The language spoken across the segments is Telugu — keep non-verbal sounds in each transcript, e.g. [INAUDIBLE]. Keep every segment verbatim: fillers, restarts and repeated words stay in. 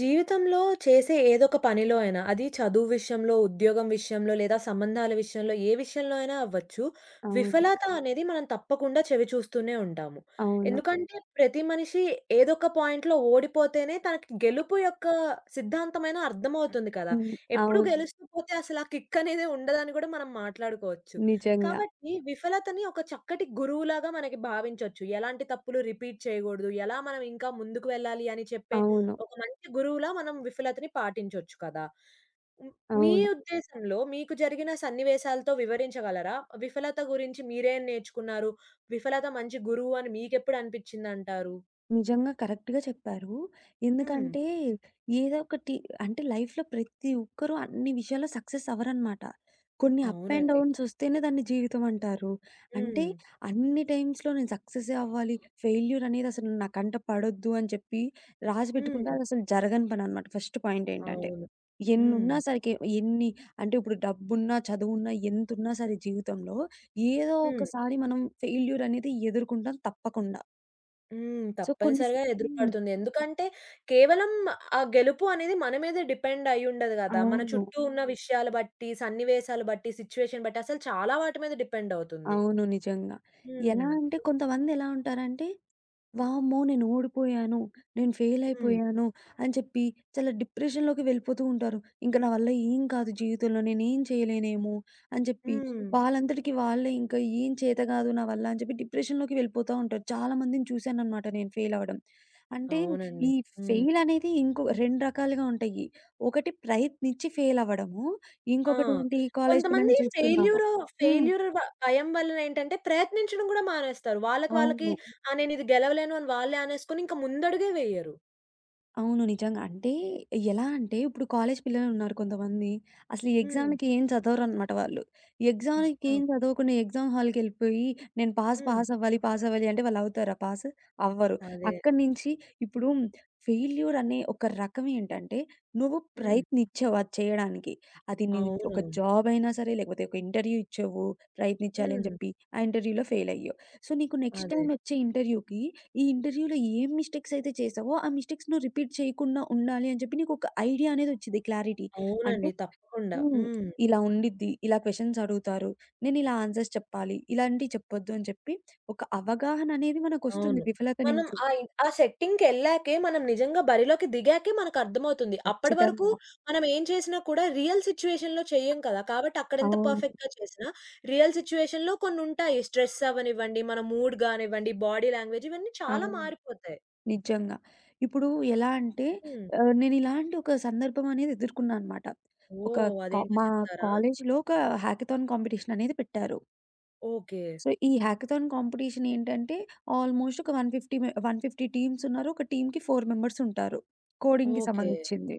జీవితంలో చేసే ఏదొక పనిలో అయినా, అది చదువు విషయంలో, ఉద్యోగం విషయంలో, లేదా సంబంధాల విషయంలో, ఏ విషయంలో అయినా అవ్వచ్చు. అవును. విఫలత అనేది మనం తప్పకుండా చవిచూస్తూనే ఉంటాము. అవును. ఎందుకంటే ప్రతి మనిషి ఏదొక పాయింట్‌లో ఓడిపోతేనే తనకి గెలుపు యొక్క సిద్ధాంతమైన అర్థమవుతుంది కదా! హ్మ్. ఎప్పుడు అవును. గెలుస్తూ పోతే అసలు ఆ కిక్ అనేది ఉండదని కూడా మనం మాట్లాడుకోవచ్చు. నిజంగా. కాబట్టి విఫలతని ఒక చక్కటి గురువులాగా మనకి భావించొచ్చు. ఎలాంటి తప్పులు రిపీట్ చేయకూడదు, ఎలా మనం ఇంకా ముందుకు వెళ్ళాలి అని చెప్పే అవును. ఒక మంచి గురువులా మనం విఫలతని పాటించొచ్చు కదా! హ్మ్. మీ అవును. ఉద్దేశంలో మీకు జరిగిన సన్నివేశాలతో వివరించగలరా? విఫలత గురించి మీరేం నేర్చుకున్నారు? విఫలత మంచి గురువు అని మీకెప్పుడు అనిపిచ్చిందంటారు? నిజంగా కరెక్ట్‌గా చెప్పారు. హ్మ్. ఎందుకంటే ఏదో ఒకటి అంటే లైఫ్‌లో ప్రతి ఒక్కరు అన్ని విషయాల్లో సక్సెస్ అవ్వరనమాట. కొన్ని అప్ అండ్ అవునండి. డౌన్స్ వస్తేనే దాన్ని జీవితం అంటారు. అంటే హ్మ్. అన్ని టైమ్స్‌లో నేను సక్సెసే అవ్వాలి, ఫెయిల్యూర్ అనేది అసలు నా కంట పడొద్దు అని చెప్పి రాసి పెట్టుకుంటే హ్మ్. అదసలు జరగని పననమాట. ఫస్ట్ పాయింట్ ఏంటంటే అవును. హ్మ్. ఎన్నున్నా సరికి ఎన్ని అంటే ఇప్పుడు డబ్బున్నా, చదువున్నా, ఎంతున్నా సరే జీవితంలో ఏదో హ్మ్. ఒకసారి మనం ఫెయిల్యూర్ అనేది ఎదుర్కుంటాం తప్పకుండా. హ్మ్. సో కొన్ని స్ తప్పనిసరిగా హ్మ్. ఎదురుపడుతుంది. ఎందుకంటే కేవలం ఆ గెలుపు అనేది మన మీదే డిపెండ్ అయ్యుండదు గదా! మన అవును. చుట్టూ ఉన్న విషయాలు బట్టి, సన్నివేశాలు బట్టి, సిట్యుయేషన్ బట్టి అసలు చాలా వాటి మీద డిపెండ్ అవుతుంది. అవును. నిజంగా. ఎలా హ్మ్. అంటే కొంతమందెలా ఉంటారంటే, వామ్మో! నేను ఓడిపోయాను. నేను ఫెయిల్ హ్మ్. అయిపోయాను అని చెప్పి చాలా డిప్రెషన్‌లోకి వెళ్ళిపోతూ ఉంటారు. ఇంక నా వల్ల ఏం కాదు జీవితంలో నేనేం చేయలేనేమో అని చెప్పి హ్మ్. వాళ్ళంతటికి వాళ్ళే ఇంకా ఏం చేత కాదు నా వల్ల అని చెప్పి డిప్రెషన్‌లోకి వెళ్ళిపోతా ఉంటారు. చాలా మందిని చూశాననమాట నేను ఫెయిల్ అవ్వడం. అంటే అవునండి. ఈ హ్మ్. హ్మ్. ఫెయిల్ అనేది ఇంకో రెండు రకాలుగా ఉంటాయి. ఒకటి ప్రయత్నించి ఫెయిల్ అవ్వడము. ఆ! ఇంకొకటి హ్మ్. ఏంటి కాలేజ్ కొంతమంది పిల్లల్ని చూస్తున్నాము. ఫెయిల్యూర్ హ్మ్. ఫెయిల్యూర్ బ భయం వల్ల ఏంటంటే ప్రయత్నించడం కూడా మానేస్తారు. వాళ్ళకి వాళ్ళకి అవును. ఆ! నేనిది గెలవలేను అని వాళ్ళే అనేసుకొని ఇంక ముందడుగే వెయ్యరు. అవును. నిజంగా. అంటే ఎలా అంటే ఇప్పుడు కాలేజీ పిల్లలున్నారు కొంతమంది. అసలు ఈ హ్మ్. ఎగ్జామ్‌లకి ఏం చదవరనమాట వాళ్ళు. ఆ! ఎగ్జామ్‌లకి ఏం చదవకుండా ఎగ్జామ్ హాల్‌కెళ్ళిపోయి నేను పాస్ హ్మ్. పాస్ అవ్వాలి, పాస్ అవ్వాలి అంటే వాళ్ళు అవుతారా పాస్? అవ్వరు. అదే. అక్కడి నుంచి ఇప్పుడు ఫెయిల్యూర్ అనే ఒక రకం ఏంటంటే నువ్వు హ్మ్. ప్రయత్నించావు అది చేయడానికి. అది నీ ఒక అవునవును. జాబ్ అయినా సరే లేకపోతే ఒక ఇంటర్వ్యూ ఇచ్చావు ప్రయత్నించాలి అని హ్మ్. చెప్పి. ఆ ఇంటర్వ్యూలో ఫెయిల్ అయ్యావు. సో, నీకు నెక్స్ట్ అదే. టైమ్ వచ్చే ఇంటర్వ్యూకి ఈ ఇంటర్వ్యూలో ఏం మిస్టేక్స్ అయితే చేశావో, ఆ మిస్టేక్స్ నువ్వు రిపీట్ చేయకుండా ఉండాలి అని చెప్పి నీకొక ఐడియా అనేదొచ్చిద్ది క్లారిటీ. అంటే అవునండి. తప్పకుండా. హ్మ్. హ్మ్. ఇలా ఉండిద్ది, ఇలా క్వెషన్స్ అడుగుతారు, నేనిలా ఆన్సర్స్ చెప్పాలి, ఇలాంటివి చెప్పొద్దు అని చెప్పి ఒక అవగాహన అనేది మనకొస్తుంది అవును. విఫలత మనం నుంచి. ఆ ఇ ఆ సెట్టింగ్‌కెళ్ళాకే మనం నిజంగా బరిలోకి దిగాకే మనకర్థమవుతుంది. అప్పటి వరకు ఖచ్చితంగా. మనం ఏం చేసినా కూడా రియల్ సిట్యుయేషన్‌లో చెయ్యం కదా! కాబట్టి అక్కడెంత అవును. పర్ఫెక్ట్‌గా చేసినా రియల్ సిట్యుయేషన్‌లో కొన్నుంటాయి. స్ట్రెస్ అవ్వనివ్వండి, మన మూడ్ గానివ్వండి, బాడీ లాంగ్వేజ్ ఇవన్నీ చాలా అవును. మారిపోతాయి. నిజంగా. ఇప్పుడు ఎలా అంటే హ్మ్. ఆహ్, నేనిలాంటి ఒక సందర్భం అనేది ఎదుర్కున్నా అనమాట. ఒక ఓహ్! కా అదేంటో మా చెప్తారా? కాలేజీలో ఒక హ్యాకథాన్ కాంపిటీషన్ అనేది పెట్టారు. ఓకే. సో, ఈ హ్యాకథాన్ కాంపిటీషన్ ఏంటంటే, ఆల్‌మోస్ట్ ఒక నూట యాభై మె నూట యాభై టీమ్స్ ఉన్నారు. ఒక టీమ్‌కి నలుగురు మెంబర్స్ ఉంటారు. కోడింగ్‌కి ఓకే. సంబంధించింది.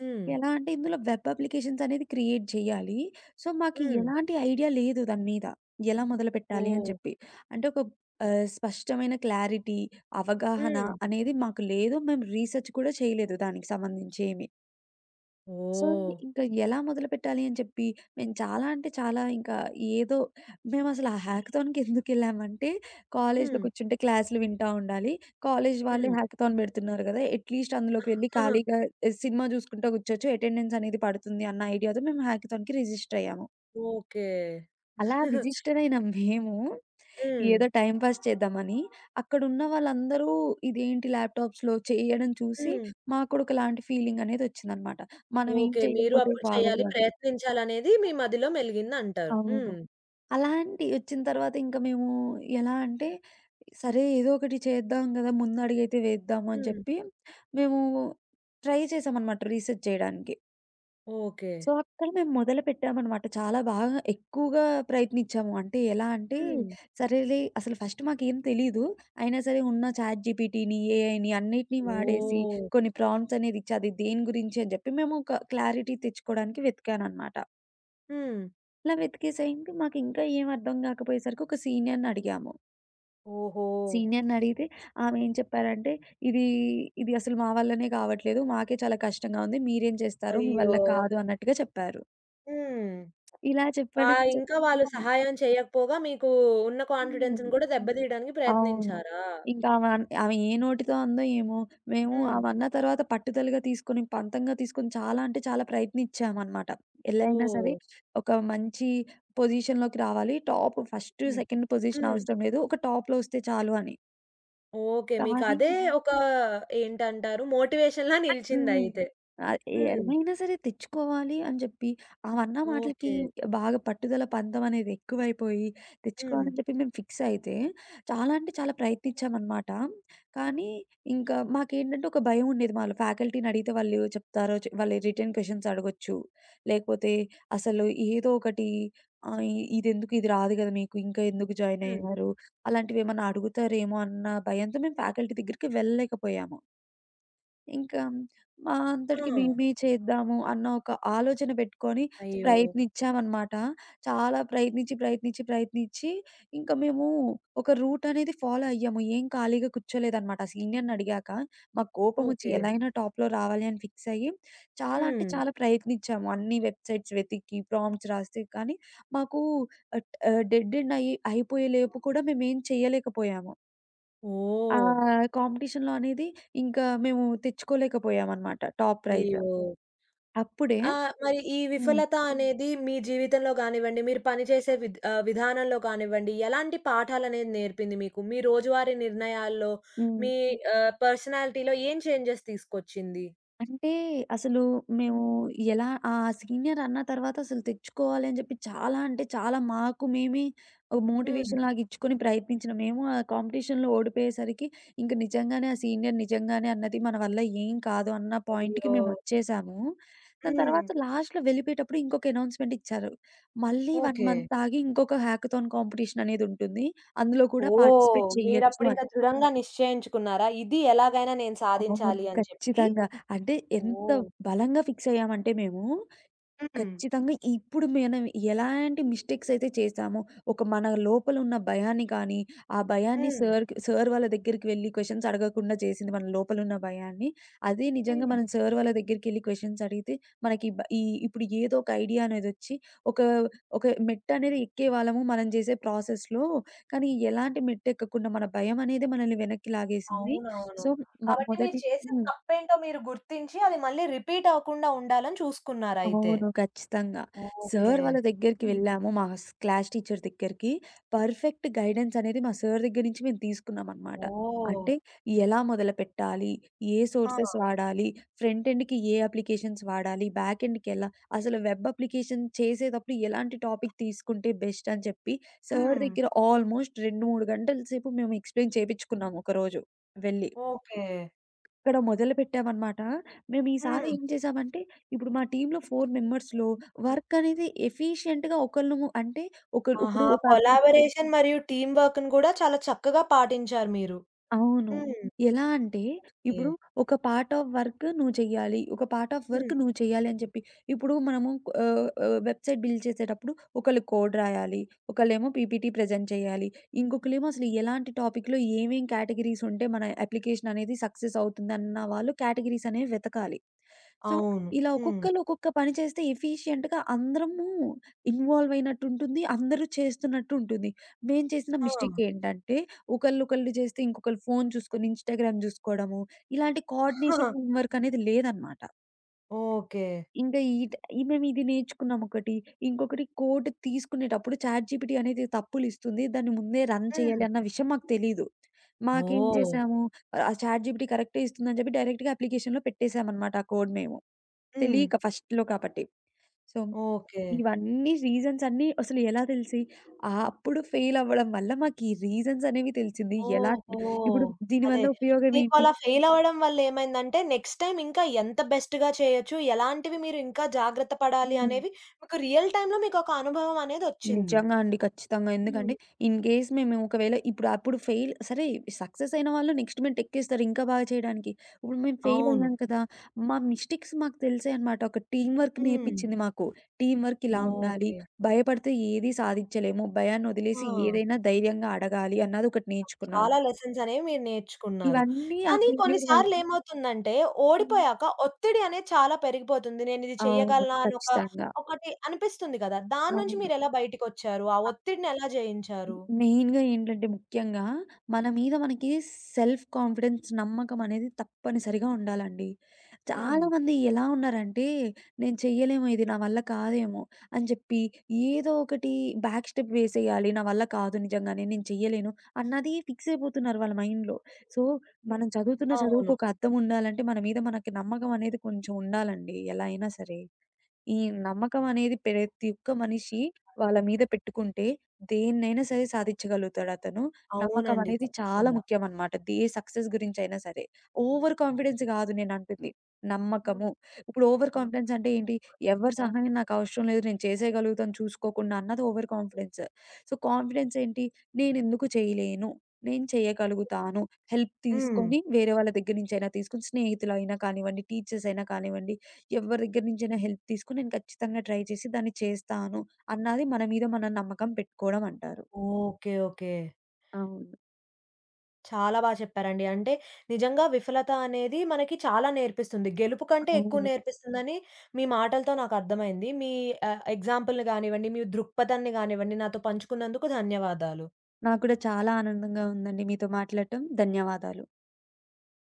హ్మ్. ఎలా అంటే, ఇందులో వెబ్ అప్లికేషన్స్ అనేది క్రియేట్ చేయాలి. సో, మాకు హ్మ్. ఎలాంటి ఐడియా లేదు దాని మీద. ఎలా మొదలుపెట్టాలి అని ఓహ్! చెప్పి. అంటే, ఒక ఆహ్, స్పష్టమైన క్లారిటీ, అవగాహన హ్మ్. అనేది మాకు లేదు. మేము రీసెర్చ్ కూడా చేయలేదు దానికి సంబంధించి ఏమి. సో, ఓహ్! ఇంకా ఎలా మొదలుపెట్టాలి అని చెప్పి, మేము చాలా అంటే చాలా ఇంకా ఏదో మేమసలు ఆ హ్యాకథాన్‌కి ఎందుకెళ్ళామంటే, కాలేజ్‌లో హ్మ్. కూర్చుంటే క్లాసులు వింటా ఉండాలి. కాలేజ్ వాళ్ళే హ్మ్. హ్యాకథాన్ పెడుతున్నారు కదా! అట్‌లీస్ట్ అందులోకి వెళ్లి ఖాళీగా [LAUGHS] ఎ సినిమా చూసుకుంటా కూర్చోచ్చు. అటెండెన్స్ అనేది పడుతుంది అన్న ఐడియాతో మేము హ్యాకథాన్‌కి రిజిస్టర్ అయ్యాము. ఓకే. అలా [LAUGHS] రిజిస్టర్ అయిన మేము, హ్మ్. ఏదో టైమ్ పాస్ చేద్దామని, అక్కడున్న వాళ్ళందరూ ఇదేంటి ల్యాప్‌టాప్స్‌లో చేయడం చూసి, హ్మ్. మాకు కూడా ఒకలాంటి ఫీలింగ్ అనేదొచ్చిందనమాట. మనం ఏం ఓకే. మీరు చేయకపోతే అప్పుడు చేయాలి, బాగోదు అని. ప్రయత్నించాలనేది మీ మదిలో మెలిగిందంటారు. అవును. హ్మ్. అలాంటియొచ్చిన తర్వాత ఇంక మేము ఎలా అంటే, సరే ఏదో ఒకటి చేద్దాం గదా! ముందడుగైతే వేద్దాము అని హ్మ్. చెప్పి, మేము ట్రై చేశామనమాట రీసెర్చ్ చేయడానికి. ఓకే. సో, అక్కడ మేము మొదలుపెట్టామనమాట. చాలా బాగా ఎక్కువగా ప్రయత్నిచ్చాము. అంటే ఎలా అంటే, హ్మ్. హ్మ్. సరేలే అసలు ఫస్ట్ మాకేం తెలీదు. అయినా సరే ఉన్న చాట్ జీపీటీని, ఏఐని అన్నిటిని వాడేసి ఓహ్! కొన్ని ప్రాంప్ట్స్ అనేదిచ్చి, అది దేని గురించి అని జెప్పి మేము ఒక క్లారిటీ తెచ్చుకోవడానికి వెతికాననమాట. హ్మ్. ఇలా వెతికేసేయండి. మాకింకా ఏం అర్థం గాకపోయేసరికి ఒక సీనియర్‌ని అడిగాము. ఓహో! సీనియర్‌ని అడిగితే ఆమె ఏం చెప్పారంటే, "ఇది ఇది అసలు మా వల్లనే కావట్లేదు. మాకే చాలా కష్టంగా ఉంది. మీరేం చేస్తారు? మీ అయ్యో! వల్ల కాదు" అన్నట్టుగా చెప్పారు. హ్మ్. ఇలా ఆ! చెప్పడం చెప్ ఇంకా వాళ్ళు హ్మ్. సహాయం చేయకపోగా మీకు ఉన్న హ్మ్. కాన్ఫిడెన్స్‌ని కూడా దెబ్బతీయడానికి అవును. ప్రయత్నించారా? ఇంకా అవన్ ఆమె ఏ నోటితో అందో ఏమో! మేము హ్మ్. అవన్న తర్వాత పట్టుదలగా తీసుకొని, పంతంగా తీసుకొని చాలా అంటే చాలా ప్రయత్నించామనమాట. ఎలా అయినా ఓహ్! సరే ఒక మంచి పొజిషన్‌లోకి రావాలి. టాప్ ఫస్ట్, హ్మ్. సెకండ్ పొజిషన్ హ్మ్. అవసరం లేదు. ఒక టాప్‌లో వస్తే చాలు అని. ఓకే. కానీ మీకదే హ్మ్. ఒక ఏంటంటారు మోటివేషన్‌లా అట్ హ్మ్. నిలిచిందయితే. ఆహ్, హ్మ్. ఎలైనా సరే తెచ్చుకోవాలి అని జెప్పి, ఆ అన్నా మాటలకి ఓకే. బాగా పట్టుదల, పందెం అనేది ఎక్కువైపోయి, హ్మ్. తెచ్చుకోవాలని చెప్పి మేము ఫిక్స్ అయితే, చాలా అంటే చాలా ప్రయత్నించామనమాట. కానీ ఇంకా మాకేంటంటే ఒక భయం ఉండేది మాలో. ఫ్యాకల్టీని అడిగితే వాళ్ళు చెప్తారో, చె వాళ్ళు రిటర్న్ క్వెషన్స్ అడగొచ్చు. లేకపోతే అసలు ఏదో ఒకటి ఆహ్, ఇ ఇదెందుకు ఇది రాదు గదా! మీకు ఇంకా ఎందుకు జాయిన్ హ్మ్. అయ్యారు? అలాంటివేమన్నా అడుగుతారేమో అన్న భయంతో మేము ఫ్యాకల్టీ దగ్గరికి వెళ్ళలేకపోయాము. ఇంకా మా ఆ! అంతటికి హ్మ్. మేమే చేద్దాము అన్న ఒక ఆలోచన పెట్టుకొని అయ్యో! ప్రయత్నించామనమాట. చాలా ప్రయత్నించి, ప్రయత్నించి, ప్రయత్నించి ఇంకా మేము ఒక రూట్ అనేది ఫాలో అయ్యాము. ఏం ఖాళీగా కూర్చోలేదనమాట. ఆ సీనియర్‌ని అడిగాక మాకు కోపమొచ్చి ఓకే. ఎలా అయినా టాప్‌లో రావాలి అని ఫిక్స్ అయ్యి చాలా అంటే హ్మ్. చాలా ప్రయత్నించాము. అన్ని వెబ్‌సైట్స్ వెతికి, ప్రాంప్ట్స్ రాస్తే కానీ మాకు ఆహ్, ఆహ్, డెడ్ ఎండ్ అయి అయిపోయేలోపు కూడా మేమేం చేయలేకపోయాము. ఆ! ఓహ్! కాంపిటీషన్‌లో అనేది ఇంకా మేము తెచ్చుకోలేకపోయామనమాట టాప్ ప్రైజ్. అయ్యో! అప్పుడే ఆహ్, మరి ఈ హ్మ్. విఫలత అనేది మీ జీవితంలో గానివ్వండి, మీరు పనిచేసే విద్ ఆహ్, విధానంలో కానివ్వండి, ఎలాంటి పాఠాలనేది నేర్పింది మీకు? మీ రోజువారీ నిర్ణయాల్లో, హ్మ్. మీ ఆహ్, పర్సనాలిటీలో ఏం చేంజెస్ తీసుకొచ్చింది? అంటే అసలు మేము ఎలా ఆ సీనియర్ అన్న తర్వాత అసలు తెచ్చుకోవాలి అని చెప్పి చాలా అంటే చాలా మాకు మేమే ఒక హ్మ్. మోటివేషన్ లాగా ఇచ్చుకొని ప్రయత్నించిన మేము ఆ కాంపిటీషన్‌లో ఓడిపోయేసరికి ఇంక నిజంగానే ఆ సీనియర్ నిజంగానే అన్నది మన వల్ల ఏం కాదు అన్న పాయింట్‌కి అయ్యో! మేమొచ్చేసాము. దాని హ్మ్. తర్వాత లాస్ట్‌లో వెళ్ళిపోయేటప్పుడు ఇంకొక అనౌన్స్‌మెంట్ ఇచ్చారు. మళ్ళీ ఒక ఓకే. మంత్ ఆగి ఇంకొక హ్యాకథాన్ కాంపిటీషన్ అనేది ఉంటుంది. అందులో కూడా ఓహ్! పార్టిసిపేట్ చేయొచ్చు మీరప్పుడింక అని. దృఢంగా నిశ్చయించుకున్నారా? ఇది ఎలాగైనా నేను అవును. సాధించాలి అని చెప్పి? ఖచ్చితంగా. అంటే ఎంత ఓహ్! బలంగా ఫిక్స్ అయ్యామంటే మేము హ్మ్. ఖచ్చితంగా. ఇప్పుడు మనం ఎలాంటి మిస్టేక్స్ అయితే చేశామో, ఒక మన లోపల ఉన్న భయాన్ని కానీ, ఆ భయాన్ని హ్మ్. సార్‌కి సార్ వాళ్ళ దగ్గరికి వెళ్లి క్వెషన్స్ అడగకుండా చేసింది మన లోపల ఉన్న భయాన్ని. అదే నిజంగా హ్మ్. మనం సార్ వాళ్ళ దగ్గరికెళ్లి క్వెషన్స్ అడిగితే, మనకి ఈ బ ఈ ఇప్పుడు ఏదో ఒక ఐడియా అనేదొచ్చి, ఒక ఒక మెట్టనేది ఎక్కేవాళ్ళము మనం చేసే ప్రాసెస్‌లో. కానీ ఎలాంటి మెట్టెక్కకుండా మన భయం అనేది మనల్ని వెనక్కి లాగేసింది. అవునవును. సో, మ కాబట్టి మీరు మొదటి చేసిన హ్మ్. తప్పేంటో మీరు గుర్తించి, అది మళ్ళీ రిపీట్ అవ్వకుండా ఉండాలని చూసుకున్నారయితే. అవును. ఖచ్చితంగా. ఓకే. సార్ వాళ్ళ దగ్గరికి హ్మ్. వెళ్ళాము. మా స్ క్లాస్ టీచర్ దగ్గరికి. పర్ఫెక్ట్ గైడెన్స్ అనేది మా సార్ దగ్గర నుంచి మేము తీసుకున్నామనమాట. ఓహ్! అంటే ఎలా మొదలుపెట్టాలి? ఏ ఆ! సోర్సెస్ వాడాలి? ఫ్రంట్ ఎండ్‌కి ఏ అప్లికేషన్స్ వాడాలి? బ్యాక్ ఎండ్‌కి ఎలా? అసలు వెబ్ అప్లికేషన్ చేసేటప్పుడు ఎలాంటి టాపిక్ తీసుకుంటే బెస్ట్ అని చెప్పి సార్ హ్మ్. దగ్గర ఆల్మోస్ట్ రెండు, మూడు గంటల సేపు మేము ఎక్స్‌ప్లెయిన్ చేపించుకున్నాము ఒకరోజు వెళ్ళి. ఓకే. ఇక్కడ మొదలుపెట్టామనమాట. మేము ఈసారి హ్మ్. ఏం చేసామంటే, ఇప్పుడు మా టీమ్‌లో నలుగురు మెంబర్స్‌లో హ్మ్. వర్క్ అనేది ఎఫిషియెంట్‌గా ఒకళ్ళము అంటే ఒకళ్ళు ఆహా! ఇప్పుడు ఒక application- కొలాబరేషన్ మరియు టీమ్ వర్క్‌ని గూడా చాలా చక్కగా పాటించారు మీరు. అవును. హ్మ్. ఎలా అంటే, ఓకే. ఇప్పుడు ఒక పార్ట్ ఆఫ్ వర్క్ నువ్వు చెయ్యాలి. ఒక పార్ట్ ఆఫ్ హ్మ్. వర్క్ నువ్వు చెయ్యాలి అని చెప్పి, ఇప్పుడు మనము ఆహ్, ఆహ్, వెబ్‌సైట్ బిల్డ్ చేసేటప్పుడు ఒకళ్ళు కోడ్ రాయాలి. ఒకళ్ళేమో పీపీటీ ప్రెజెంట్ చేయాలి. ఇంకొకళ్ళేమో అసలు ఎలాంటి టాపిక్‌లో ఏమేం కేటగరీస్ ఉంటే మన అప్లికేషన్ అనేది సక్సెస్ అవుతుందన్న వాళ్ళు కేటగరీస్ అనేవి వెతకాలి. సో, అవును. ఇలా హ్మ్. ఒక్కొక్కళ్ళు ఒక్కొక్క పని చేస్తే ఎఫిషియంట్‌గా అందరము ఇన్వాల్వ్ అయినట్టుంటుంది. అందరూ చేస్తున్నట్టుంటుంది. మేం చేసిన ఆ! మిస్టేక్ ఏంటంటే, ఒకళ్ళు ఒకళ్ళు చేస్తే ఇంకొకళ్ళు ఫోను చూసుకొని ఇన్‌స్టాగ్రామ్ చూసుకోవడము, ఇలాంటి కోఆర్డినేషన్, [LAUGHS] టీమ్ వర్క్ అనేది లేదనమాట. ఓకే. ఇంకా ఈట్ ఈ మేమిది నేర్చుకున్నాం ఒకటి. ఇంకొకటి కోడ్ తీసుకునేటప్పుడు చాట్‌జీపీటీ అనేది తప్పులిస్తుంది. దాన్ని ముందే రన్ హ్మ్. చేయాలి అన్న విషయం మాకు తెలీదు. మాకేం ఓహ్! చేసాము, ఆ చాట్‌జీపీటీ కరెక్టే ఇస్తుందని చెప్పి డైరెక్ట్‌గా అప్లికేషన్‌లో పెట్టేసామనమాట ఆ కోడ్ మేము. హ్మ్. తెలీక ఫస్ట్‌లో కాబట్టి. So, okay. ఇవన్నీ రీజన్స్ అన్నీ అసలు ఎలా తెలిసి, ఆహ్, అప్పుడు ఫెయిల్ అవ్వడం వల్ల మాకీ రీజన్స్ అనేవి తెలిసింది. ఎలా ఓహో! ఇప్పుడు అదే. దీనివల్ల ఉపయోగం మీకు ఏంటి? అలా ఫెయిల్ అవ్వడం వల్ల ఏమైందంటే నెక్స్ట్ టైమ్ ఇంకా ఎంత బెస్ట్‌గా చేయొచ్చు, ఎలాంటివి మీరు ఇంకా జాగ్రత్త పడాలి హ్మ్. అనేవి మీకు రియల్ టైమ్‌లో మీకొక అనుభవం అనేదొచ్చింది. నిజంగా అండి. ఖచ్చితంగా. హ్మ్. ఎందుకంటే ఇన్ కేస్ మేము ఒకవేళ ఇప్పుడు అప్పుడు ఫెయిల్ సరే సక్సెస్ అయిన వాళ్ళు నెక్స్ట్ మేము టెక్కేస్తారు ఇంకా బాగా చేయడానికి. ఇప్పుడు మేము ఫెయిల్ అవును. అయ్యాం కదా! మా మిస్టేక్స్ మాకు తెలిసాయి అనమాట. ఒక టీమ్ వర్క్ హ్మ్. నేర్పించింది మాకు. టీమ్ వర్క్ ఇలా ఉండాలి. ఓకే. భయపడితే ఏది సాధించలేము. భయాన్ని వదిలేసి ఆ! ఏదైనా ధైర్యంగా అడగాలి అన్నది ఒకటి నేర్చుకున్నాం. చాలా లెసన్స్ అనేవి మీరు నేర్చుకున్నారు. ఇవన్నీ ఆ కానీ కొన్ని ఫెయిల్యూర్ వల్ల సార్లు ఏమవుతుందంటే హ్మ్. ఓడిపోయాక ఒత్తిడి అనేది చాలా పెరిగిపోతుంది. నేనిది అవును. చెయ్యగలనా అని ఒక ఖచ్చితంగా. ఒకటి అనిపిస్తుంది కదా! దాన్నుంచి అవును. మీరెలా బయటికొచ్చారు? ఆ ఒత్తిడిని ఎలా జయించారు? మెయిన్‌గా ఏంటంటే ముఖ్యంగా మన మీద మనకి సెల్ఫ్ కాన్ఫిడెన్స్ నమ్మకం అనేది తప్పనిసరిగా ఉండాలండి. హ్మ్. చాలామంది ఎలా ఉన్నారంటే నేను చెయ్యలేము ఇది నా వల్ల కాదేమో అని చెప్పి ఏదో ఒకటి బ్యాక్ స్టెప్ వేసేయాలి. నా వల్ల కాదు నిజంగానే నేను చెయ్యలేను అన్నది ఫిక్స్ అయిపోతున్నారు వాళ్ళ మైండ్‌లో. సో మనం చదువుతున్న అవును. చదువుకు ఒక అర్థం ఉండాలంటే మన మీద మనకి నమ్మకం అనేది కొంచెం ఉండాలండి ఎలా అయినా సరే. ఈ నమ్మకం అనేది ప్రతి ఒక్క మనిషి వాళ్ళ మీద పెట్టుకుంటే దేన్నైనా సరే సాధించగలుగుతాడతను. నమ్మకం అవునండి. అనేది చాలా తప్పకుండా. ముఖ్యమనమాట. దే ఏ సక్సెస్ గురించైనా సరే. ఓవర్ కాన్ఫిడెన్స్ గాదు నేనంటుంది. నమ్మకము. ఇప్పుడు ఓవర్ కాన్ఫిడెన్స్ అంటే ఏంటి? ఎవరి సహాయం నాకవసరం లేదు. నేను చేసేయగలుగుతాను చూసుకోకుండా అన్నది ఓవర్ కాన్ఫిడెన్స్. సో, కాన్ఫిడెన్స్ ఏంటి? నేనెందుకు చేయలేను? నేను చేయగలుగుతాను. హెల్ప్ హ్మ్. తీసుకొని వేరే వాళ్ళ దగ్గర నుంచైనా తీసుకొని స్నేహితులైనా కానివ్వండి, టీచర్స్ అయినా కానివ్వండి ఎవరి దగ్గర నుంచైనా హెల్ప్ తీసుకొని నేను ఖచ్చితంగా ట్రై చేసి దాన్ని చేస్తాను అన్నది మన మీద మనం నమ్మకం పెట్టుకోవడం అంటారు. ఓకే. ఓకే. అవును. చాలా బా చెప్పారండి. అంటే నిజంగా విఫలత అనేది మనకి చాలా నేర్పిస్తుంది. గెలుపు కంటే ఎక్కువ అవును. నేర్పిస్తుందని మీ మాటలతో నాకర్థమైంది. మీ ఆహ్, ఎగ్జాంపుల్‌ని గానివ్వండి, మీ దృక్పథాన్ని గానివ్వండి నాతో పంచుకున్నందుకు ధన్యవాదాలు. నాకు కూడా చాలా ఆనందంగా ఉందండి మీతో మాట్లాడటం. ధన్యవాదాలు.